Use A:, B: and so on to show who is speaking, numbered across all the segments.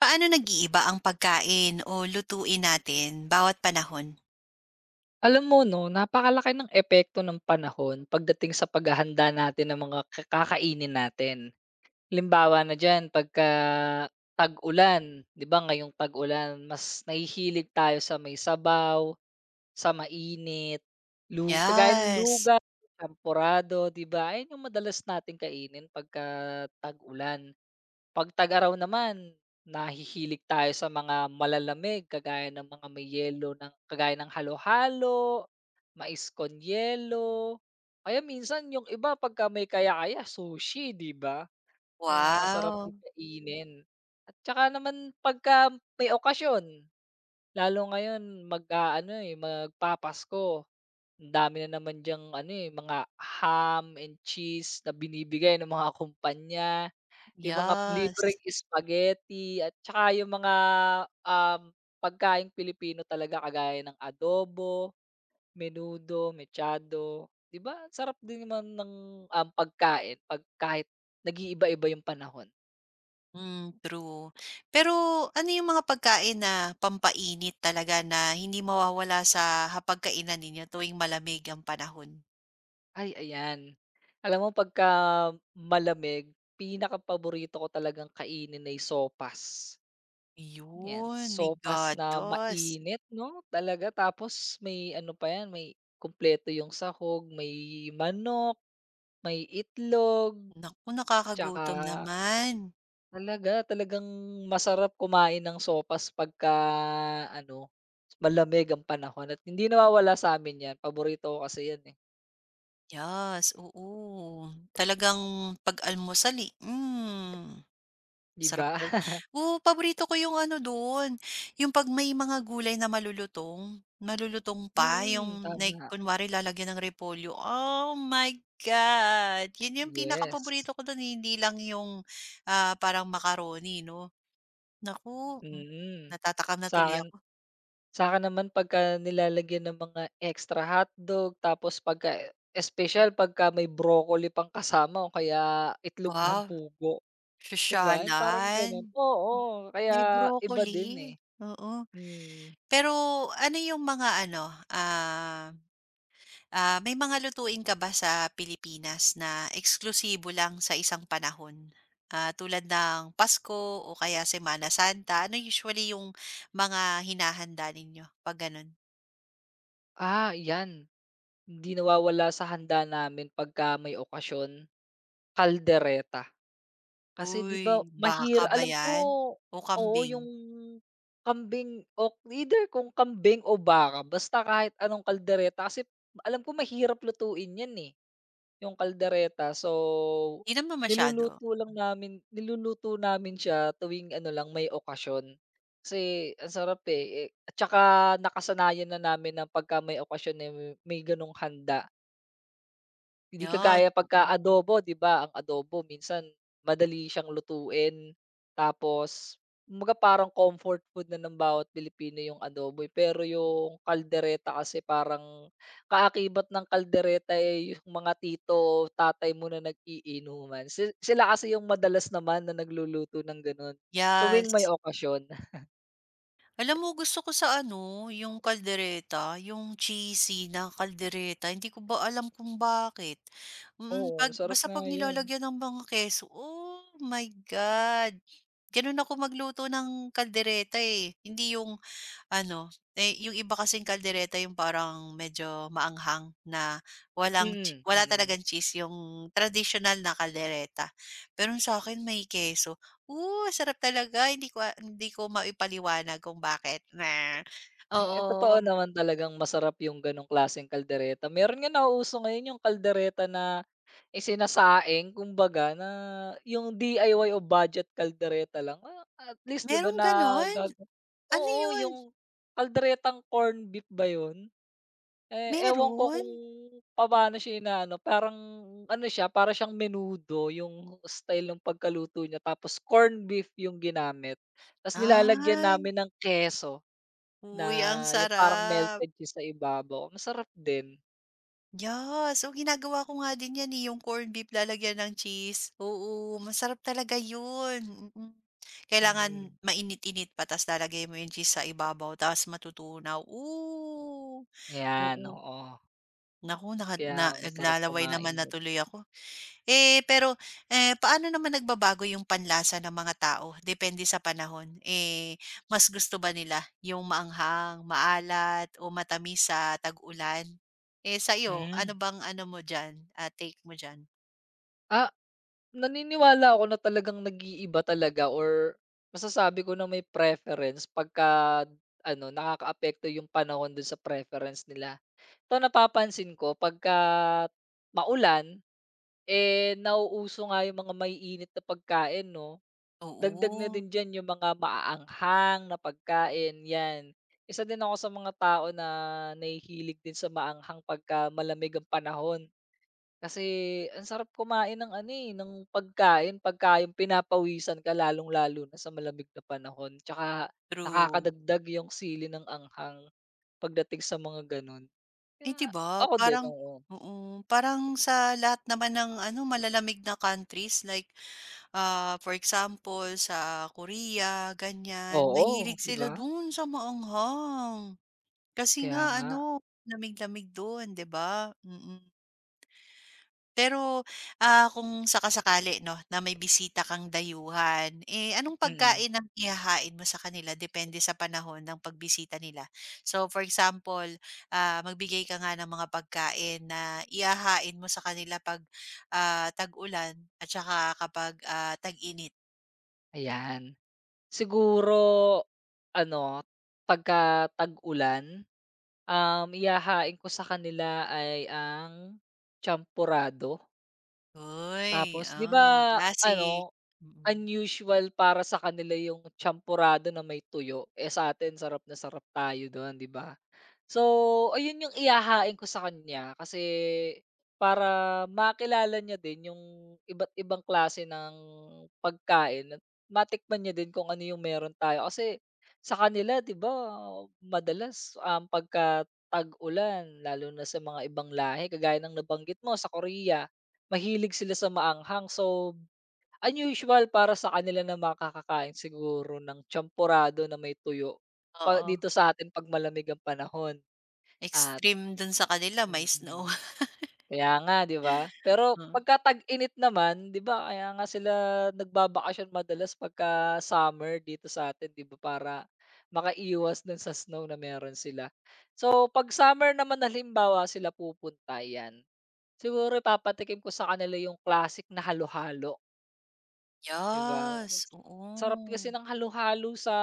A: Paano nag-iiba ang pagkain o lutuin natin bawat panahon?
B: Alam mo 'no, napakalaki ng epekto ng panahon pagdating sa paghahanda natin ng mga kakainin natin. Halimbawa na diyan pagka tag-ulan, 'di ba ngayong tag-ulan mas nahihilig tayo sa may sabaw, sa mainit, kagaya ng
A: Yes.
B: lugaw, champorado, 'di ba? Ayan yung madalas nating kainin pagka tag-ulan. 'Pag tag-araw naman, nahihilig tayo sa mga malalamig kagaya ng mga may yelo ng kagaya ng halo-halo, mais con yelo, kaya minsan yung iba pagka may kaya-kaya sushi, 'di ba? Kaya masarap din
A: Wow.
B: kainin. At tsaka naman pagka may okasyon, lalo ngayon mag-aano, eh, magpapasko, ang dami na naman diyang ano, eh, mga ham and cheese na binibigay ng mga kumpanya. Yung mga
A: Yes.
B: libreng spaghetti at tsaka yung mga, um, pagkaing Pilipino talaga kagaya ng adobo, menudo, mechado, 'di ba ang sarap din naman ng, pagkain 'pag kahit nag-iiba-iba yung panahon.
A: Hmm, true. Pero ano yung mga pagkain na pampainit talaga na hindi mawawala sa hapagkainan ninyo tuwing malamig ang panahon?
B: Ay, ayan. Alam mo pagka malamig, pinakapaborito ko talagang kainin ay sopas, 'yan.
A: Yun, may
B: Sopas na
A: gatas.
B: mainit 'no, talaga tapos may ano pa 'yan, may kumpleto yung sahog, may manok. May itlog,
A: Naku,
B: tsaka
A: nakakagutom naman.
B: talagang masarap kumain ng sopas pagka ano, malamig ang panahon at hindi nawawala sa amin 'yan, paborito ko kasi 'yan, eh,
A: Yes, oo. Talagang pag-almusal, eh. Mm.
B: 'di
A: Sarap
B: ba?
A: tal Oo, paborito ko yung ano dun, yung 'pag may mga gulay na malulutong, malulutong pa
B: Mm,
A: yung like
B: tama,
A: kunwari lalagyan ng repolyo, oh my God! Yun yung
B: yes,
A: paborito ko dun, eh, hindi lang yung, parang macaroni 'no. Naku,
B: mm.
A: natatakam na
B: sa
A: tuloy
B: akin
A: ako.
B: sa akin naman pagka nilalagyan ng mga extra hotdog tapos pagka special pagka may broccoli pang kasama o kaya itlog ng
A: Wow,
B: pugo, 'di ba? Yung parang gano'n
A: sosyalan,
B: oo,
A: may
B: kaya iba din,
A: broccoli,
B: eh.
A: oo.
B: Hmm.
A: Pero ano yung mga ano, ah may mga lutuin ka ba sa Pilipinas na eksklusibo lang sa isang panahon? Ah, tulad ng Pasko o kaya Semana Santa, ano usually yung mga hinahanda ninyo 'pag gano'n?
B: Ah, 'yan. Hindi nawawala sa handa namin pagka may okasyon, kaldereta. Kasi 'di
A: Uy,
B: ba
A: baka ba
B: alam ko
A: 'yan o
B: oo,
A: kambing?
B: yung kambing o either kung kambing o baka basta kahit anong kaldereta kasi alam ko mahirap lutuin 'yan, eh. Yung kaldereta. So,
A: 'Di naman masyado?
B: niluluto namin siya tuwing ano lang, may okasyon. Kasi ang sarap, eh, at saka nakasanayan na namin na pagka may okasyon, eh, may gano'ng handa. Hindi
A: Yes,
B: kagaya
A: oo.
B: pagka-adobo 'di ba, ang adobo minsan madali siyang lutuin, tapos mga parang comfort food na ng bawat Pilipino yung adobo, eh. Pero yung kaldereta kasi parang kaakibat ng kaldereta, eh, yung mga tito, tatay mo na nag-iinuman. Sila kasi yung madalas naman na nagluluto ng gano'n tuwing may
A: Yes.
B: okasyon.
A: Alam mo gusto ko sa ano, yung kaldereta, yung cheesy na kaldereta, hindi ko ba alam kung bakit. Mm,
B: Oo, sarap
A: basta
B: nga
A: 'pag
B: yun.
A: nilalagyan ng mga keso, oh my God! Gano'n ako magluto ng kaldereta, eh, hindi yung ano, eh, yung iba kasing kaldereta yung parang medyo maanghang na
B: Mm,
A: wala
B: mm.
A: talagang cheese yung traditional na kaldereta. Pero yung sa akin may keso. Hu, sarap talaga, hindi ko maipaliwanag kung bakit na,
B: Eh,
A: oo,
B: totoo naman talagang masarap yung gano'ng klaseng kaldereta. Meron nga nauuso ngayon yung kaldereta na isinasaing kumbaga na yung DIY o budget kaldereta lang. Ah, at least 'di ba
A: merong gano'n? Ano
B: oo,
A: yun?
B: yung kalderetang corn beef ba yun? Eh, ewan ko
A: Meron?
B: kung paano siya inaano, parang ano siya, para siyang menudo yung style ng pagkaluto niya tapos corn beef yung ginamit. Tapos nilalagyan
A: Ay,
B: namin ng keso.
A: uy, ang
B: Na yung parang
A: sarap.
B: melted cheese sa ibabaw, masarap din.
A: Yes, oo, ginagawa ko nga din 'yan, eh, yung corned beef lalagyan ng cheese. Oo, masarap talaga yun. Mm. Mm. Kailangan
B: Mm,
A: mainit-init pa ta's lalagay mo yung cheese sa ibabaw ta's matutunaw. Ooh,
B: 'yan,
A: oo.
B: oo.
A: Naku, naka
B: Kaya
A: na
B: masarap
A: naglalaway
B: kumain
A: naman na
B: nun.
A: tuloy ako. Eh, pero, eh, paano naman nagbabago yung panlasa ng mga tao depende sa panahon? Eh, mas gusto ba nila yung maanghang, maalat o matamis sa tag-ulan? Eh, sa iyo, ano
B: Hmm,
A: bang ano mo diyan, take mo diyan?
B: ah, Naniniwala ako na talagang nag-iiba talaga or masasabi ko na may preference pagka ano, nakakaapekto yung panahon dun sa preference nila. Ito napapansin ko pagka maulan, eh, nauuso nga yung mga maiinit na pagkain 'no? Dagdag na
A: Oo,
B: din diyan yung mga maaanghang na pagkain, 'yan. Isa din ako sa mga tao na nahihilig din sa maanghang pagka malamig ang panahon. Kasi ang sarap kumain ng ano, eh, ng pagkain pagka yung pinapawisan ka lalong-lalo na sa malamig na panahon. Tsaka
A: true.
B: nakakadagdag yung sili ng anghang pagdating sa mga gano'n.
A: Eh, 'di
B: Kaya
A: ba
B: ako din,
A: parang,
B: oo.
A: oo, parang sa lahat naman ng ano malalamig na countries, like, for example sa Korea, ganyan,
B: Oo,
A: mahilig
B: 'di
A: sila
B: ba?
A: dun sa maanghang. Kasi
B: Kaya
A: nga
B: nga,
A: ano, lamig-lamig do'n, 'di ba? Mm. Pero, kung sakasakali 'no, na may bisita kang dayuhan, eh, anong
B: mm.
A: pagkain ang ihahain mo sa kanila depende sa panahon ng pagbisita nila? So, for example, magbigay ka nga ng mga pagkain na ihahain mo sa kanila 'pag, tag-ulan at saka kapag, tag-init.
B: Ayan. Siguro ano, pagka tag-ulan, ihahain ko sa kanila ay ang champorado.
A: Uy,
B: Tapos 'di
A: oh,
B: ba
A: classic.
B: ano,
A: Mm.
B: unusual para sa kanila yung champorado na may tuyo, eh, sa atin sarap na sarap tayo dun 'di ba? So, ayun yung ihahain ko sa kanya kasi para makilala niya din yung iba't ibang klase ng pagkain at matikman niya din kung ano yung meron tayo. Kasi sa kanila, 'di ba, madalas ang pagka tag-ulan lalo na sa mga ibang lahi kagaya ng nabanggit mo sa Korea, mahilig sila sa maanghang. So, unusual para sa kanila na makakakain siguro ng champorado na may tuyo pa
A: Oo,
B: dito sa atin 'pag malamig ang panahon. At
A: extreme dun sa kanila, may snow.
B: mm. Kaya nga, 'di ba? Pero pagka tag-init naman, 'di ba, kaya nga sila nagbabakasyon madalas pagka summer dito sa atin 'di ba, para makaiwas dun sa snow na meron sila. So, 'pag summer naman halimbawa sila pupunta, ayan, siguro ipapatikim ko sa kanila yung classic na halo-halo. 'Di ba? Mas
A: Yes,
B: sarap kasi
A: oo,
B: ng halo-halo sa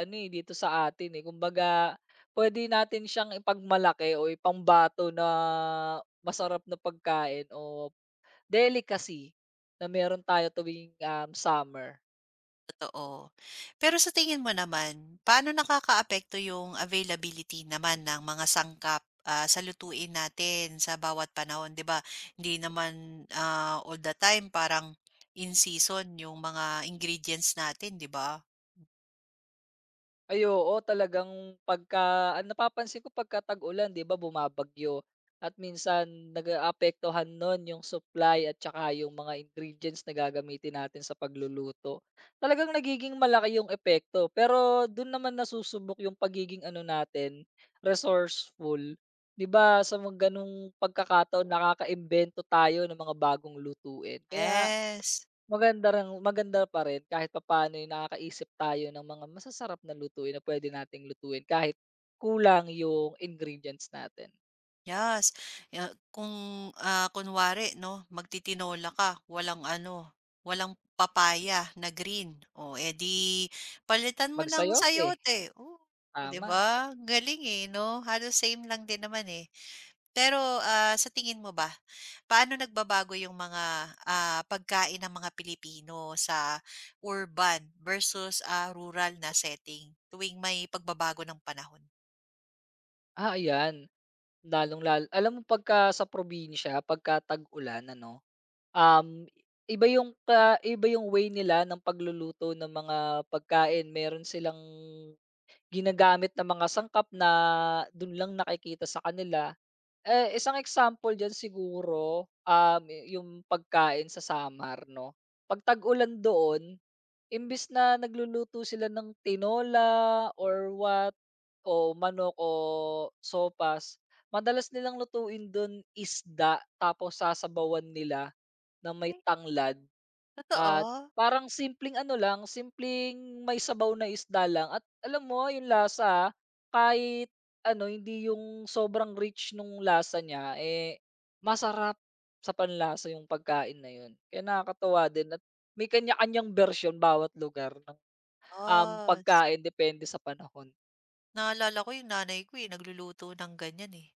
B: ano, eh, dito sa atin, eh. Kumbaga pwede natin siyang ipagmalaki o ipambato na masarap na pagkain o delicacy na meron tayo tuwing, summer.
A: totoo. Pero sa tingin mo naman, paano nakakaapekto yung availability naman ng mga sangkap, sa lutuin natin sa bawat panahon, 'di ba? Hindi naman, all the time parang in season yung mga ingredients natin, 'di ba?
B: Ay oo, talagang pagka ang napapansin ko pagka tag-ulan 'di ba bumabagyo at minsan nag-aapektuhan nun yung supply at saka yung mga ingredients na gagamitin natin sa pagluluto. Talagang nagiging malaki yung epekto pero dun naman nasusubok yung pagiging ano natin, resourceful. 'Di ba sa mga ganung pagkakataon nakakaimbento tayo ng mga bagong lutuin. Kaya
A: Yes.
B: Maganda pa rin kahit papaano yung nakakaisip tayo ng mga masasarap na lutuin na pwede nating lutuin kahit kulang yung ingredients natin.
A: Yes, ya kung, kunwari 'no, magtitinola ka, walang ano, walang papaya na green, o edi, palitan mo ng
B: Sayote,
A: sayote, oo, o, 'di
B: tama.
A: ba? Galing, eh, 'no? Halos same lang din naman, eh. Pero, sa tingin mo ba, paano nagbabago yung mga, pagkain ng mga Pilipino sa urban versus, rural na setting tuwing may pagbabago ng panahon?
B: Ah, ayan, lalong-lalo alam mo pagka sa probinsya, pagka tag-ulan ano, um, iba yung way nila ng pagluluto ng mga pagkain. Meron silang ginagamit na mga sangkap na dun lang nakikita sa kanila. Eh, isang example dyan siguro, yung pagkain sa Samar 'no. 'Pag tag-ulan doon, imbis na nagluluto sila ng tinola or what, o manok o sopas, madalas nilang lutuin dun isda tapos sasabawan nila na may
A: Ay.
B: tanglad. At
A: Totoo?
B: parang simpleng ano lang, simpleng may sabaw na isda lang at alam mo yung lasa kahit ano hindi yung sobrang rich nung lasa niya, eh, masarap sa panlasa yung pagkain na yun. Kaya nakakatuwa din at may kanya-kanyang version bawat lugar ng,
A: Yes.
B: pagkain depende sa panahon.
A: Naalala ko yung nanay ko, eh, nagluluto ng ganyan, eh.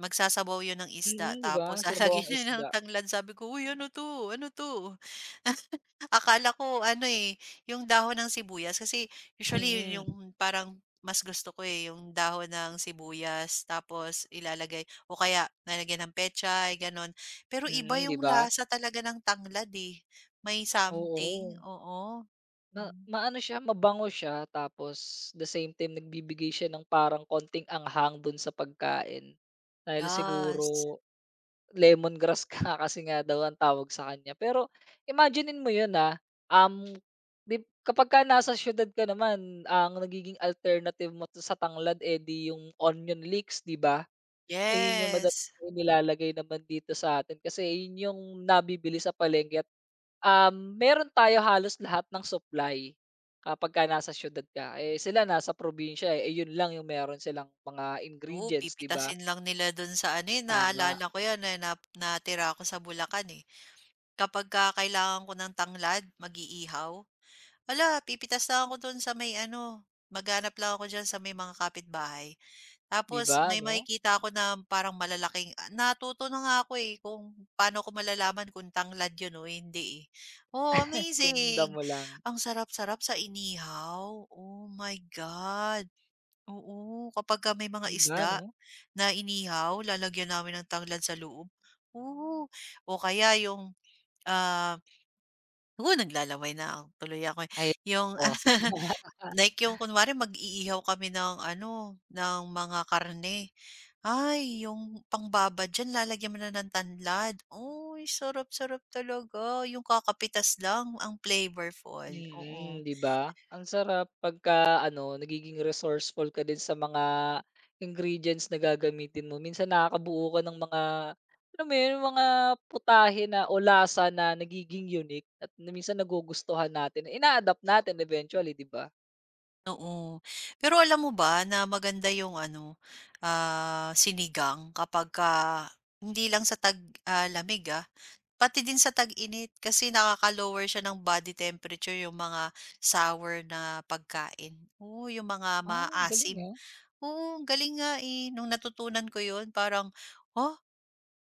A: Magsasabaw yun ng
B: Mm,
A: isda
B: 'di ba?
A: tapos lalagyan
B: Sinabawang
A: niya ng
B: isda.
A: tanglad. Sabi ko, "Uy, ano 'to, ano 'to?" Akala ko ano, eh, yung dahon ng sibuyas, kasi usually yun yung parang mas gusto ko, eh, yung dahon ng sibuyas tapos ilalagay o kaya lalagyan ng pechay, gano'n. Pero iba
B: Mm, mm, 'di
A: yung
B: ba?
A: lasa talaga ng tanglad, eh. May something,
B: Oo.
A: oo. Hmm,
B: Maano siya, mabango siya tapos the same time nagbibigay siya ng parang konting anghang dun sa pagkain. Dahil
A: yes.
B: siguro lemongrass ka, kasi nga daw ang tawag sa kanya. Pero imaginin mo yun, um, 'di kapagka nasa siyudad ka naman ang nagiging alternative mo to sa tanglad, eh, di yung onion leeks, 'di ba? Ayun yung madalas
A: Yes.
B: na nilalagay naman dito sa atin kasi yun yung nabibili sa palengke at, meron tayo halos lahat ng supply kapagka nasa siyudad ka. Eh, sila nasa probinsya, eh, yun lang yung meron silang mga
A: Oo,
B: ingredients, 'di ba?
A: pipitasin lang nila dun sa ano, eh,
B: Tama,
A: naalala ko 'yan, eh, na natira ako sa Bulacan, eh. Kapagka kailangan ko ng tanglad, mag-iihaw, hala, pipitas lang ako dun sa may ano, maghahanap lang ako diyan sa may mga kapitbahay.
B: 'di
A: Tapos
B: ba,
A: may
B: 'no?
A: makikita ako na parang malalaking natuto na nga ako, eh, kung paano ko malalaman kung tanglad yun o hindi, eh. Oh,
B: Kung
A: amazing!
B: damo lang,
A: Ang sarap-sarap sa inihaw, oh my God. Oo, kapagka may mga
B: 'di ba,
A: isda
B: 'no?
A: na inihaw, lalagyan namin ng tanglad sa loob. Oo, o kaya yung, ah, naku, naglalaway na ako, tuloy ako, eh.
B: Ayan.
A: Yung like yung kunwari mag-iihaw kami ng ano, ng mga karne. Ay, yung pangbabad diyan lalagyan mo na ng tanglad. Uy, sarap-sarap talaga, yung kakapitas lang ang flavorful,
B: Mm,
A: oo.
B: 'di ba? Ang sarap pagka ano, nagiging resourceful ka din sa mga ingredients na gagamitin mo. Minsan nakakabuo ka ng mga, alam mo 'yun, yung mga putahe na o lasa na nagiging unique at na minsan nagugustuhan natin. Ina-adapt natin eventually, 'di ba?
A: Oo. Pero alam mo ba na maganda yung ano, sinigang kapagka hindi lang sa lamig, pati din sa tag-init, kasi nakaka-lower siya ng body temperature yung mga sour na pagkain. Oo, yung mga
B: Ah, galing
A: maasim.
B: ah.
A: Oo, ang galing nga, eh. Nung natutunan ko yun, parang, "Huh,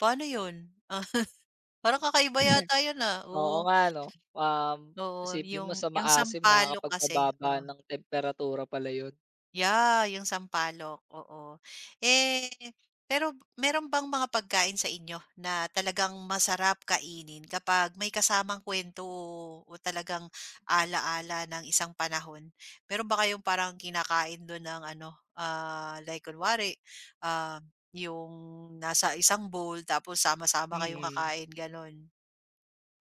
A: paano yun?" Ah, parang kakaiba yata yun, ah.
B: Oo
A: Oo,
B: nga 'no. Um,
A: oo,
B: Isipin
A: yung
B: mo sa
A: yung
B: maasim
A: sampalok kasi.
B: nakakapagpababa ng temperatura pala 'yun.
A: Yeah, yung sampalok, oo. Eh, pero meron bang mga pagkain sa inyo na talagang masarap kainin kapag may kasamang kwento o talagang ala-ala ng isang panahon? Meron ba kayong parang kinakain do'n ng ano, like kunwari, ah, yung nasa isang bowl tapos sama-sama kayong
B: Mm.
A: kakain, gano'n?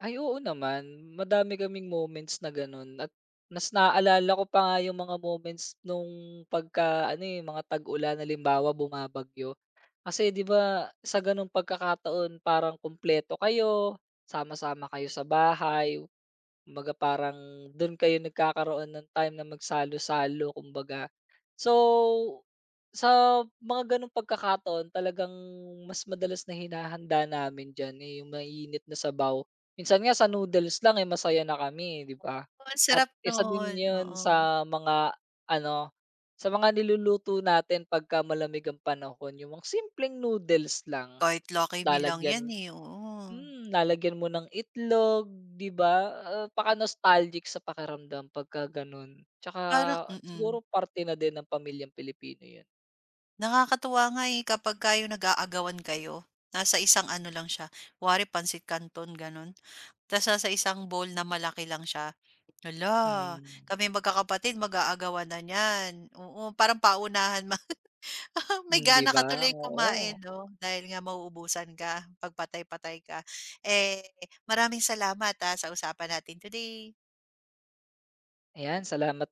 B: Ay oo naman, madami kaming moments na gano'n at mas naaalala ko pa nga yung mga moments nung pagka ano, eh, mga tag-ulan halimbawa bumabagyo. Kasi 'di ba sa gano'ng pagkakataon parang kumpleto kayo, sama-sama kayo sa bahay. Kumbaga parang dun kayo nagkakaroon ng time na magsalo-salo kumbaga. So, sa mga gano'ng pagkakataon talagang mas madalas na hinahanda namin diyan, eh, yung mainit na sabaw. Minsan nga sa noodles lang, eh, masaya na kami, eh, 'di ba?
A: Oo, ang
B: At
A: sarap
B: isa din
A: no'n,
B: 'yun
A: oo.
B: sa mga ano, sa mga niluluto natin pagka malamig ang panahon, yung mga simpleng noodles lang,
A: Kahit Lucky Me lang 'yan,
B: lalagyan
A: eh, oo.
B: Lalagyan mo ng itlog, 'di ba? Ah, napaka-nostalgic sa pakiramdam pagka gano'n. Tsaka
A: Parang mm.
B: siguro parte na din ng pamilyang Pilipino 'yun.
A: Nakakatuwa nga, eh, kapagka yung nag-aagawan kayo, nasa isang ano lang siya, wari pansit canton gano'n, tas nasa isang bowl na malaki lang siya. Hala,
B: Hmm,
A: kami magkakapatid mag-aagawan na niyan, oo, parang paunahan, may
B: hmm, 'di
A: gana ka
B: ba?
A: tuloy
B: Oo.
A: kumain 'no, dahil nga mauubusan ka, patay-patay ka. Eh, maraming salamat, sa usapan natin today.
B: Ayan, salamat